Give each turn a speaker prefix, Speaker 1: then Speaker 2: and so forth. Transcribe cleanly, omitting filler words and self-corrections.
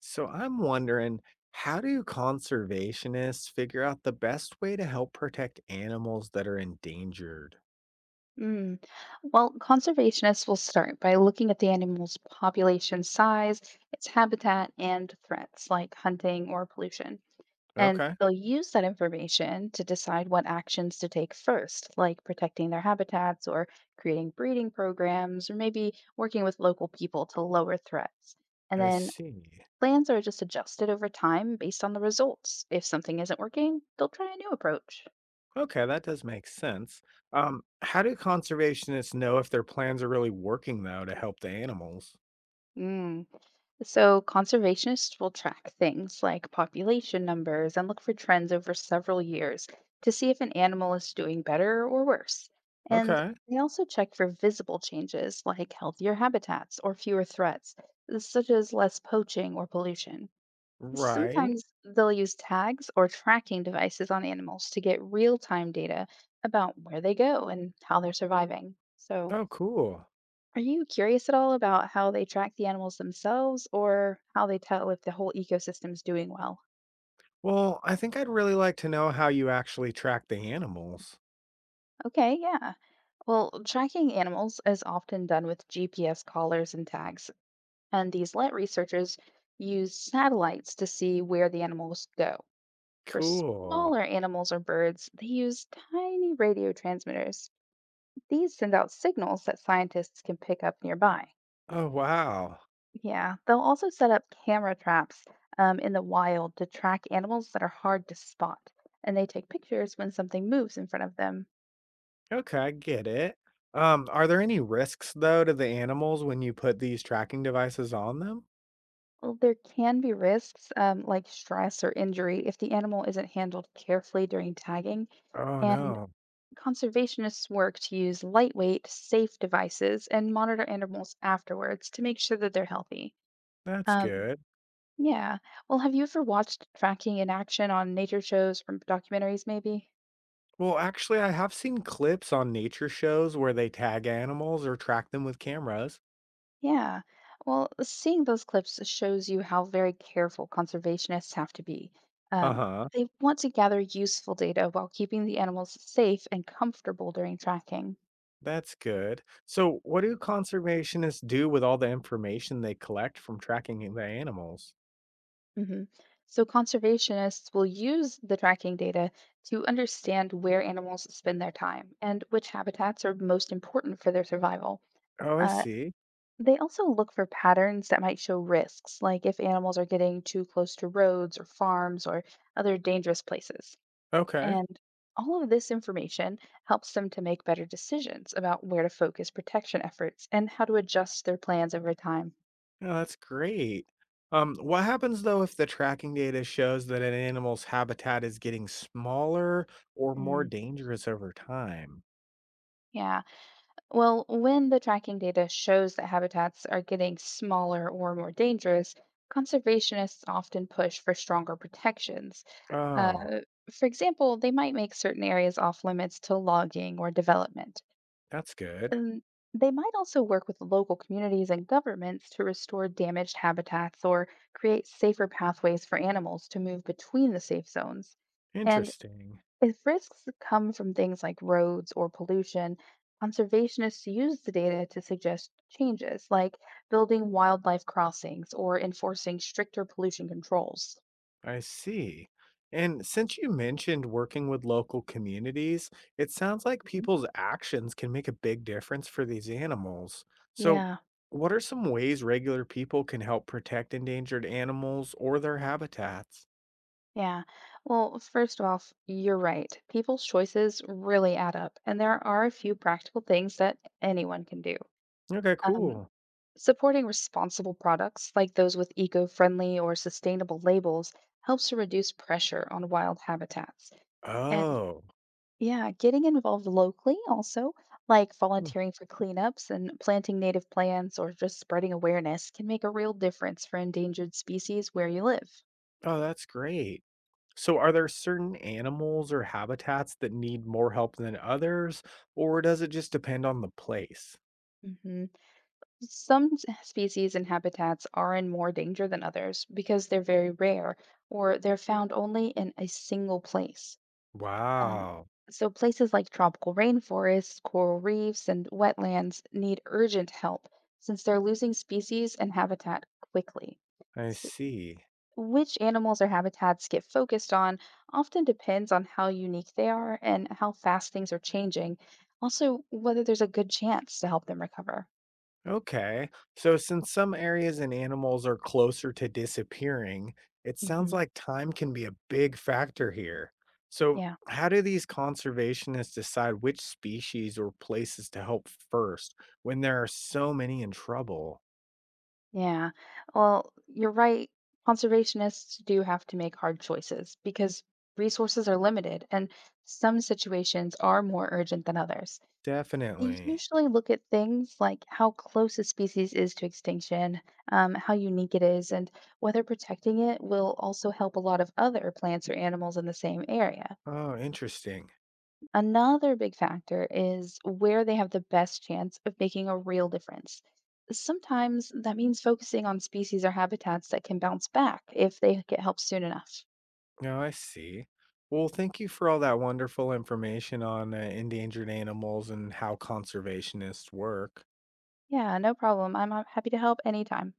Speaker 1: So I'm wondering, how do conservationists figure out the best way to help protect animals that are endangered?
Speaker 2: Mm. Well, conservationists will start by looking at the animal's population size, its habitat, and threats like hunting or pollution. And
Speaker 1: Okay,
Speaker 2: they'll use that information to decide what actions to take first, like protecting their habitats or creating breeding programs or maybe working with local people to lower threats. And
Speaker 1: I
Speaker 2: then
Speaker 1: see.
Speaker 2: plans are just adjusted over time based on the results. If something isn't working, they'll try a new approach.
Speaker 1: Okay, that does make sense. How do conservationists know if their plans are really working though to help the animals?
Speaker 2: Mm. So, conservationists will track things like population numbers and look for trends over several years to see if an animal is doing better or worse. And
Speaker 1: Okay,
Speaker 2: they also check for visible changes like healthier habitats or fewer threats, such as less poaching or pollution.
Speaker 1: right.
Speaker 2: Sometimes they'll use tags or tracking devices on animals to get real time data about where they go and how they're surviving. So,
Speaker 1: Oh, cool.
Speaker 2: are you curious at all about how they track the animals themselves or how they tell if the whole ecosystem's doing well?
Speaker 1: Well, I think I'd really like to know how you actually track the animals.
Speaker 2: Okay, yeah. Well, tracking animals is often done with GPS collars and tags, and these let researchers use satellites to see where the animals go. For
Speaker 1: Cool.
Speaker 2: smaller animals or birds, they use tiny radio transmitters. These send out signals that scientists can pick up nearby.
Speaker 1: Oh, wow.
Speaker 2: Yeah, they'll also set up camera traps in the wild to track animals that are hard to spot, and they take pictures when something moves in front of them.
Speaker 1: Okay, I get it. Are there any risks though to the animals when you put these tracking devices on them?
Speaker 2: Well, there can be risks like stress or injury if the animal isn't handled carefully during tagging,
Speaker 1: Oh
Speaker 2: and
Speaker 1: no,
Speaker 2: conservationists work to use lightweight, safe devices and monitor animals afterwards to make sure that they're healthy.
Speaker 1: that's
Speaker 2: Um,
Speaker 1: good.
Speaker 2: yeah. Well, have you ever watched tracking in action on nature shows or documentaries, maybe?
Speaker 1: Well, actually, I have seen clips on nature shows where they tag animals or track them with cameras.
Speaker 2: Yeah. Well, seeing those clips shows you how very careful conservationists have to be.
Speaker 1: Uh
Speaker 2: Um,
Speaker 1: huh.
Speaker 2: they want to gather useful data while keeping the animals safe and comfortable during tracking.
Speaker 1: That's good. So, what do conservationists do with all the information they collect from tracking the animals?
Speaker 2: hmm So, conservationists will use the tracking data to understand where animals spend their time and which habitats are most important for their survival.
Speaker 1: Oh, I
Speaker 2: Uh,
Speaker 1: see.
Speaker 2: they also look for patterns that might show risks, like if animals are getting too close to roads or farms or other dangerous places.
Speaker 1: Okay.
Speaker 2: And all of this information helps them to make better decisions about where to focus protection efforts and how to adjust their plans over time.
Speaker 1: Oh, that's great. What happens though if the tracking data shows that an animal's habitat is getting smaller or more
Speaker 2: Mm.
Speaker 1: dangerous over time?
Speaker 2: Yeah. Well, when the tracking data shows that habitats are getting smaller or more dangerous, conservationists often push for stronger protections. Uh,
Speaker 1: Oh,
Speaker 2: for example, they might make certain areas off limits to logging or development.
Speaker 1: that's good.
Speaker 2: Um, they might also work with local communities and governments to restore damaged habitats or create safer pathways for animals to move between the safe zones. And
Speaker 1: Interesting.
Speaker 2: if risks come from things like roads or pollution, conservationists use the data to suggest changes, like building wildlife crossings or enforcing stricter pollution controls.
Speaker 1: I see. And since you mentioned working with local communities, it sounds like
Speaker 2: Mhm.
Speaker 1: people's actions can make a big difference for these animals. So,
Speaker 2: Yeah.
Speaker 1: what are some ways regular people can help protect endangered animals or their habitats?
Speaker 2: Yeah. Well, first off, you're right. People's choices really add up, and there are a few practical things that anyone can do.
Speaker 1: Okay,
Speaker 2: Um,
Speaker 1: cool.
Speaker 2: supporting responsible products, like those with eco-friendly or sustainable labels, helps to reduce pressure on wild habitats. And
Speaker 1: Oh,
Speaker 2: yeah, getting involved locally also, like
Speaker 1: hmm.
Speaker 2: volunteering for cleanups and planting native plants or just spreading awareness, can make a real difference for endangered species where you live.
Speaker 1: Oh, that's great. So, are there certain animals or habitats that need more help than others, or does it just depend on the place?
Speaker 2: hmm Some species and habitats are in more danger than others because they're very rare or they're found only in a single place. Um,
Speaker 1: Wow,
Speaker 2: so, places like tropical rainforests, coral reefs, and wetlands need urgent help since they're losing species and habitat quickly.
Speaker 1: I
Speaker 2: So
Speaker 1: see.
Speaker 2: which animals or habitats get focused on often depends on how unique they are and how fast things are changing. Also, whether there's a good chance to help them recover.
Speaker 1: Okay, so since some areas and animals are closer to disappearing, it sounds
Speaker 2: hmm
Speaker 1: like time can be a big factor here. So,
Speaker 2: Yeah.
Speaker 1: how do these conservationists decide which species or places to help first when there are so many in trouble?
Speaker 2: Yeah. Well, you're right. Conservationists do have to make hard choices because resources are limited and some situations are more urgent than others. They
Speaker 1: Definitely.
Speaker 2: usually look at things like how close a species is to extinction, how unique it is, and whether protecting it will also help a lot of other plants or animals in the same area.
Speaker 1: Oh, interesting.
Speaker 2: Another big factor is where they have the best chance of making a real difference. Sometimes that means focusing on species or habitats that can bounce back if they get help soon enough.
Speaker 1: Oh, I see. Well, thank you for all that wonderful information on endangered animals and how conservationists work.
Speaker 2: Yeah, no problem. I'm happy to help anytime.